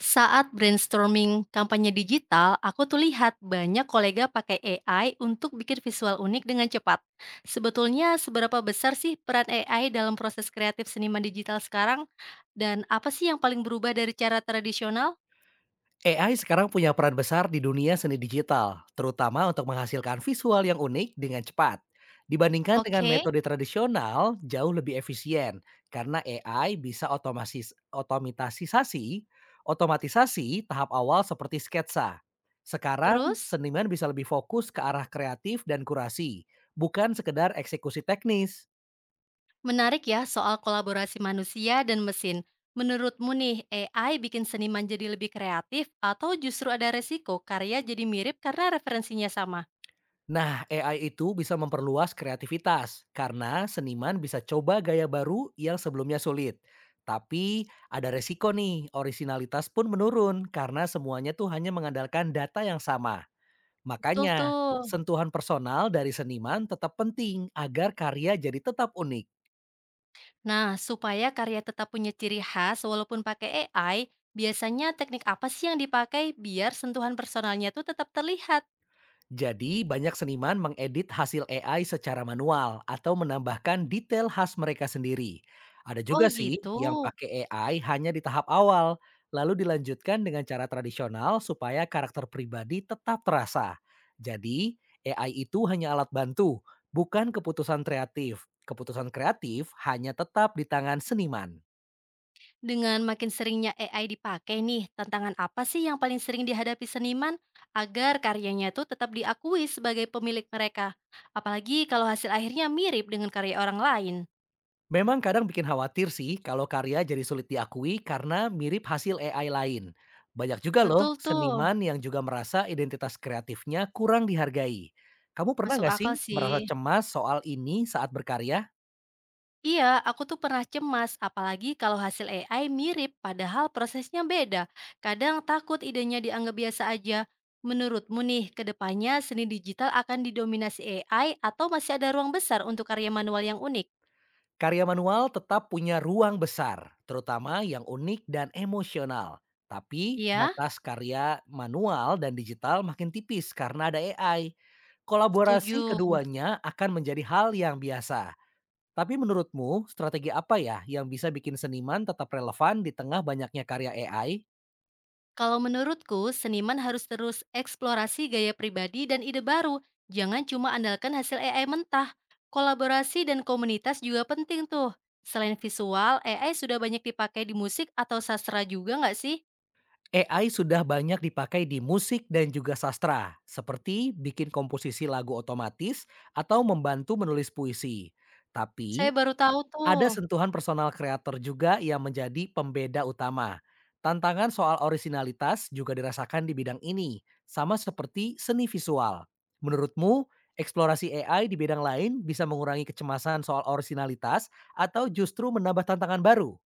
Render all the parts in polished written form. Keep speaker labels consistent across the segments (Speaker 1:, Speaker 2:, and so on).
Speaker 1: Saat brainstorming kampanye digital, aku tuh lihat banyak kolega pakai AI untuk bikin visual unik dengan cepat. Sebetulnya seberapa besar sih peran AI dalam proses kreatif seniman digital sekarang? Dan apa sih yang paling berubah dari cara tradisional?
Speaker 2: AI sekarang punya peran besar di dunia seni digital, terutama untuk menghasilkan visual yang unik dengan cepat. Dibandingkan dengan
Speaker 1: Oke,
Speaker 2: metode tradisional, jauh lebih efisien karena AI bisa otomatisasi tahap awal seperti sketsa. Sekarang,
Speaker 1: terus
Speaker 2: seniman bisa lebih fokus ke arah kreatif dan kurasi, bukan sekedar eksekusi teknis.
Speaker 1: menarik ya soal kolaborasi manusia dan mesin. Menurutmu nih, AI bikin seniman jadi lebih kreatif atau justru ada resiko karya jadi mirip karena referensinya sama?
Speaker 2: Nah, AI itu bisa memperluas kreativitas karena seniman bisa coba gaya baru yang sebelumnya sulit. Tapi ada resiko nih, orisinalitas pun menurun karena semuanya tuh hanya mengandalkan data yang sama.
Speaker 1: Betul
Speaker 2: Makanya,
Speaker 1: tuh.
Speaker 2: sentuhan personal dari seniman tetap penting agar karya jadi tetap unik.
Speaker 1: Nah, supaya karya tetap punya ciri khas walaupun pakai AI, biasanya teknik apa sih yang dipakai biar sentuhan personalnya tuh tetap terlihat?
Speaker 2: Jadi, banyak seniman mengedit hasil AI secara manual atau menambahkan detail khas mereka sendiri. Ada
Speaker 1: Oh
Speaker 2: juga sih
Speaker 1: gitu.
Speaker 2: yang pakai AI hanya di tahap awal, lalu dilanjutkan dengan cara tradisional supaya karakter pribadi tetap terasa. Jadi, AI itu hanya alat bantu, bukan keputusan kreatif. Keputusan kreatif hanya tetap di tangan seniman.
Speaker 1: Dengan makin seringnya AI dipakai nih, tantangan apa sih yang paling sering dihadapi seniman agar karyanya tuh tetap diakui sebagai pemilik mereka? Apalagi kalau hasil akhirnya mirip dengan karya orang lain.
Speaker 2: Memang kadang bikin khawatir sih kalau karya jadi sulit diakui karena mirip hasil AI lain. Banyak juga
Speaker 1: Betul
Speaker 2: loh
Speaker 1: tuh,
Speaker 2: seniman yang juga merasa identitas kreatifnya kurang dihargai. Kamu pernah
Speaker 1: masuk
Speaker 2: nggak
Speaker 1: akal
Speaker 2: sih
Speaker 1: sih.
Speaker 2: merasa cemas soal ini saat berkarya?
Speaker 1: Iya, aku tuh pernah cemas, apalagi kalau hasil AI mirip, padahal prosesnya beda. Kadang takut idenya dianggap biasa aja. Menurutmu nih, ke depannya seni digital akan didominasi AI atau masih ada ruang besar untuk karya manual yang unik?
Speaker 2: Karya manual tetap punya ruang besar, terutama yang unik dan emosional. Tapi
Speaker 1: Iya,
Speaker 2: batas karya manual dan digital makin tipis karena ada AI. Kolaborasi
Speaker 1: setuju.
Speaker 2: keduanya akan menjadi hal yang biasa. Tapi menurutmu, strategi apa ya yang bisa bikin seniman tetap relevan di tengah banyaknya karya AI?
Speaker 1: Kalau menurutku, seniman harus terus eksplorasi gaya pribadi dan ide baru. Jangan cuma andalkan hasil AI mentah. Kolaborasi dan komunitas juga penting tuh. Selain visual, AI sudah banyak dipakai di musik atau sastra juga nggak sih?
Speaker 2: AI sudah banyak dipakai di musik dan juga sastra, seperti bikin komposisi lagu otomatis atau membantu menulis puisi.
Speaker 1: Saya
Speaker 2: Tapi
Speaker 1: baru tahu tuh.
Speaker 2: ada sentuhan personal kreator juga yang menjadi pembeda utama. Tantangan soal orisinalitas juga dirasakan di bidang ini, sama seperti seni visual. Menurutmu, eksplorasi AI di bidang lain bisa mengurangi kecemasan soal orisinalitas atau justru menambah tantangan baru?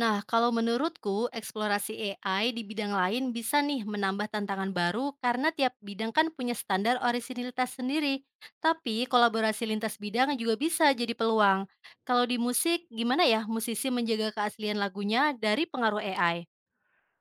Speaker 1: Nah, kalau menurutku, eksplorasi AI di bidang lain bisa nih menambah tantangan baru karena tiap bidang kan punya standar orisinilitas sendiri. Tapi kolaborasi lintas bidang juga bisa jadi peluang. Kalau di musik, gimana ya musisi menjaga keaslian lagunya dari pengaruh AI?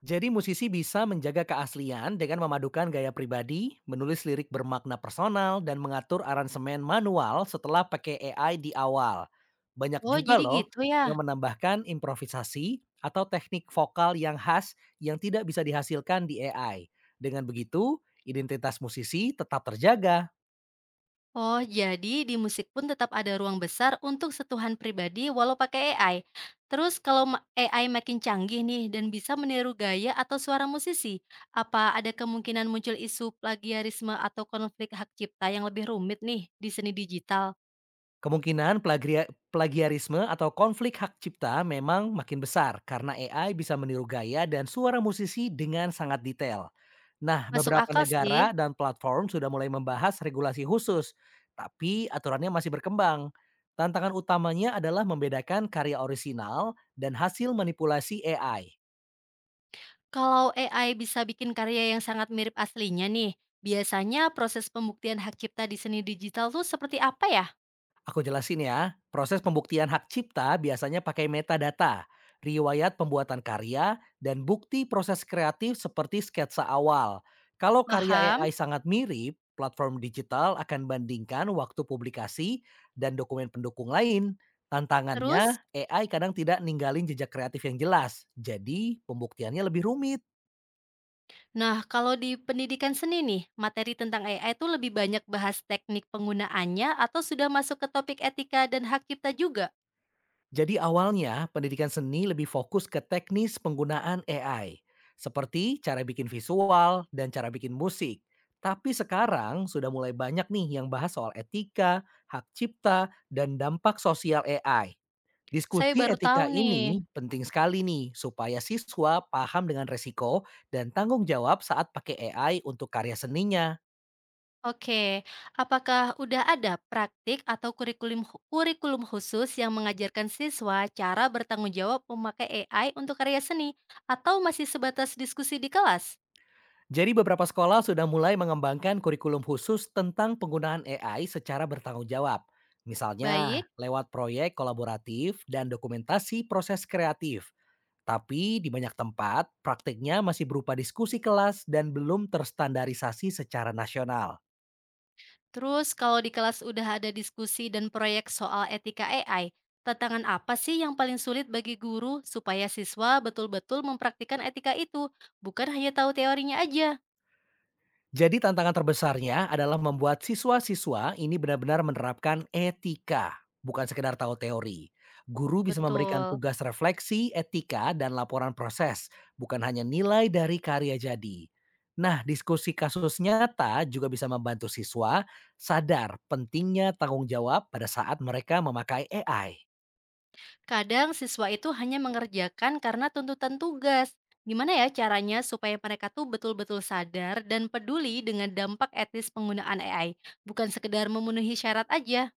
Speaker 2: Jadi musisi bisa menjaga keaslian dengan memadukan gaya pribadi, menulis lirik bermakna personal, dan mengatur aransemen manual setelah pakai AI di awal. Banyak
Speaker 1: Oh,
Speaker 2: juga
Speaker 1: jadi
Speaker 2: loh
Speaker 1: gitu ya.
Speaker 2: yang menambahkan improvisasi atau teknik vokal yang khas yang tidak bisa dihasilkan di AI. Dengan begitu, identitas musisi tetap terjaga.
Speaker 1: Oh, jadi di musik pun tetap ada ruang besar untuk setuhan pribadi walau pakai AI. Terus kalau AI makin canggih nih dan bisa meniru gaya atau suara musisi, apa ada kemungkinan muncul isu plagiarisme atau konflik hak cipta yang lebih rumit nih di seni digital?
Speaker 2: Kemungkinan plagiarisme atau konflik hak cipta memang makin besar karena AI bisa meniru gaya dan suara musisi dengan sangat detail. Nah,
Speaker 1: Masuk
Speaker 2: beberapa
Speaker 1: akal sih.
Speaker 2: negara dan platform sudah mulai membahas regulasi khusus, tapi aturannya masih berkembang. Tantangan utamanya adalah membedakan karya orisinal dan hasil manipulasi AI.
Speaker 1: Kalau AI bisa bikin karya yang sangat mirip aslinya nih, biasanya proses pembuktian hak cipta di seni digital tuh seperti apa ya?
Speaker 2: Aku jelasin ya, proses pembuktian hak cipta biasanya pakai metadata, riwayat pembuatan karya, dan bukti proses kreatif seperti sketsa awal. Kalau karya
Speaker 1: Paham?
Speaker 2: AI sangat mirip, platform digital akan bandingkan waktu publikasi dan dokumen pendukung lain.
Speaker 1: Terus?
Speaker 2: Tantangannya, AI kadang tidak ninggalin jejak kreatif yang jelas, jadi pembuktiannya lebih rumit.
Speaker 1: Nah, kalau di pendidikan seni nih, materi tentang AI itu lebih banyak bahas teknik penggunaannya atau sudah masuk ke topik etika dan hak cipta juga?
Speaker 2: Jadi awalnya pendidikan seni lebih fokus ke teknis penggunaan AI, seperti cara bikin visual dan cara bikin musik. Tapi sekarang sudah mulai banyak nih yang bahas soal etika, hak cipta, dan dampak sosial AI.
Speaker 1: Saya
Speaker 2: Diskusi
Speaker 1: baru tahu
Speaker 2: etika
Speaker 1: nih.
Speaker 2: ini penting sekali nih supaya siswa paham dengan resiko dan tanggung jawab saat pakai AI untuk karya seninya.
Speaker 1: Oke, apakah udah ada praktik atau kurikulum kurikulum khusus yang mengajarkan siswa cara bertanggung jawab memakai AI untuk karya seni atau masih sebatas diskusi di kelas?
Speaker 2: Jadi beberapa sekolah sudah mulai mengembangkan kurikulum khusus tentang penggunaan AI secara bertanggung jawab. Misalnya
Speaker 1: Baik.
Speaker 2: lewat proyek kolaboratif dan dokumentasi proses kreatif. Tapi di banyak tempat, praktiknya masih berupa diskusi kelas dan belum terstandarisasi secara nasional.
Speaker 1: Terus kalau di kelas udah ada diskusi dan proyek soal etika AI, tantangan apa sih yang paling sulit bagi guru supaya siswa betul-betul mempraktikkan etika itu, bukan hanya tahu teorinya aja?
Speaker 2: Jadi tantangan terbesarnya adalah membuat siswa-siswa ini benar-benar menerapkan etika, bukan sekedar tahu teori. Guru bisa memberikan
Speaker 1: Betul.
Speaker 2: tugas refleksi, etika, dan laporan proses, bukan hanya nilai dari karya jadi. Nah, diskusi kasus nyata juga bisa membantu siswa sadar pentingnya tanggung jawab pada saat mereka memakai AI.
Speaker 1: Kadang siswa itu hanya mengerjakan karena tuntutan tugas. Gimana ya caranya supaya mereka tuh betul-betul sadar dan peduli dengan dampak etis penggunaan AI, bukan sekedar memenuhi syarat aja?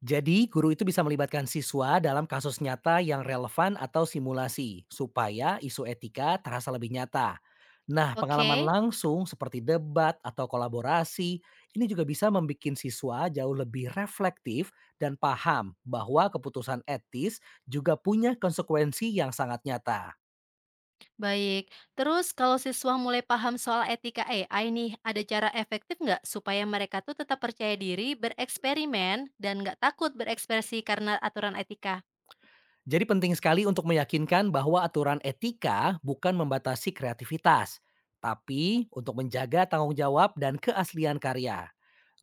Speaker 2: Jadi, guru itu bisa melibatkan siswa dalam kasus nyata yang relevan atau simulasi, supaya isu etika terasa lebih nyata. Nah, pengalaman
Speaker 1: Oke.
Speaker 2: langsung seperti debat atau kolaborasi ini juga bisa membuat siswa jauh lebih reflektif dan paham bahwa keputusan etis juga punya konsekuensi yang sangat nyata.
Speaker 1: Baik, terus kalau siswa mulai paham soal etika AI nih, ada cara efektif nggak supaya mereka tuh tetap percaya diri, bereksperimen, dan nggak takut berekspresi karena aturan etika?
Speaker 2: Jadi, penting sekali untuk meyakinkan bahwa aturan etika bukan membatasi kreativitas, tapi untuk menjaga tanggung jawab dan keaslian karya.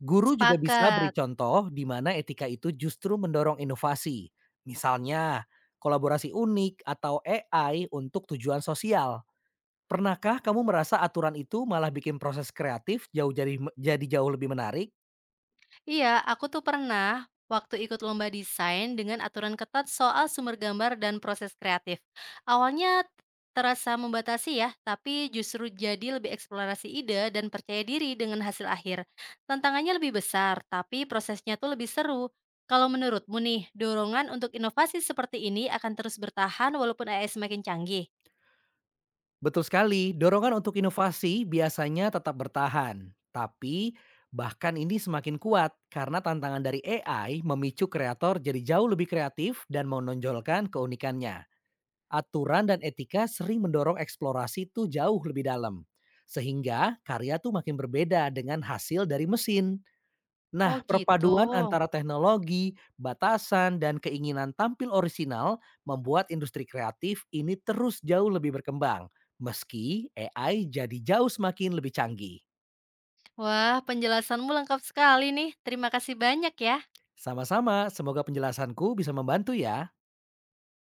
Speaker 2: Guru juga bisa
Speaker 1: Sepakat.
Speaker 2: beri contoh di mana etika itu justru mendorong inovasi. Misalnya, kolaborasi unik atau AI untuk tujuan sosial. Pernahkah kamu merasa aturan itu malah bikin proses kreatif jauh jadi jauh lebih menarik?
Speaker 1: Iya, aku tuh pernah waktu ikut lomba desain dengan aturan ketat soal sumber gambar dan proses kreatif. Awalnya terasa membatasi ya, tapi justru jadi lebih eksplorasi ide dan percaya diri dengan hasil akhir. Tantangannya lebih besar, tapi prosesnya tuh lebih seru. Kalau menurutmu nih, dorongan untuk inovasi seperti ini akan terus bertahan walaupun AI semakin canggih?
Speaker 2: Betul sekali, dorongan untuk inovasi biasanya tetap bertahan. Tapi bahkan ini semakin kuat karena tantangan dari AI memicu kreator jadi jauh lebih kreatif dan menonjolkan keunikannya. Aturan dan etika sering mendorong eksplorasi tuh jauh lebih dalam. Sehingga karya tuh makin berbeda dengan hasil dari mesin.
Speaker 1: Oh
Speaker 2: Nah,
Speaker 1: gitu.
Speaker 2: perpaduan antara teknologi, batasan, dan keinginan tampil orisinal membuat industri kreatif ini terus jauh lebih berkembang. Meski AI jadi jauh semakin lebih canggih.
Speaker 1: Wah, penjelasanmu lengkap sekali nih. Terima kasih banyak ya.
Speaker 2: Sama-sama, semoga penjelasanku bisa membantu ya.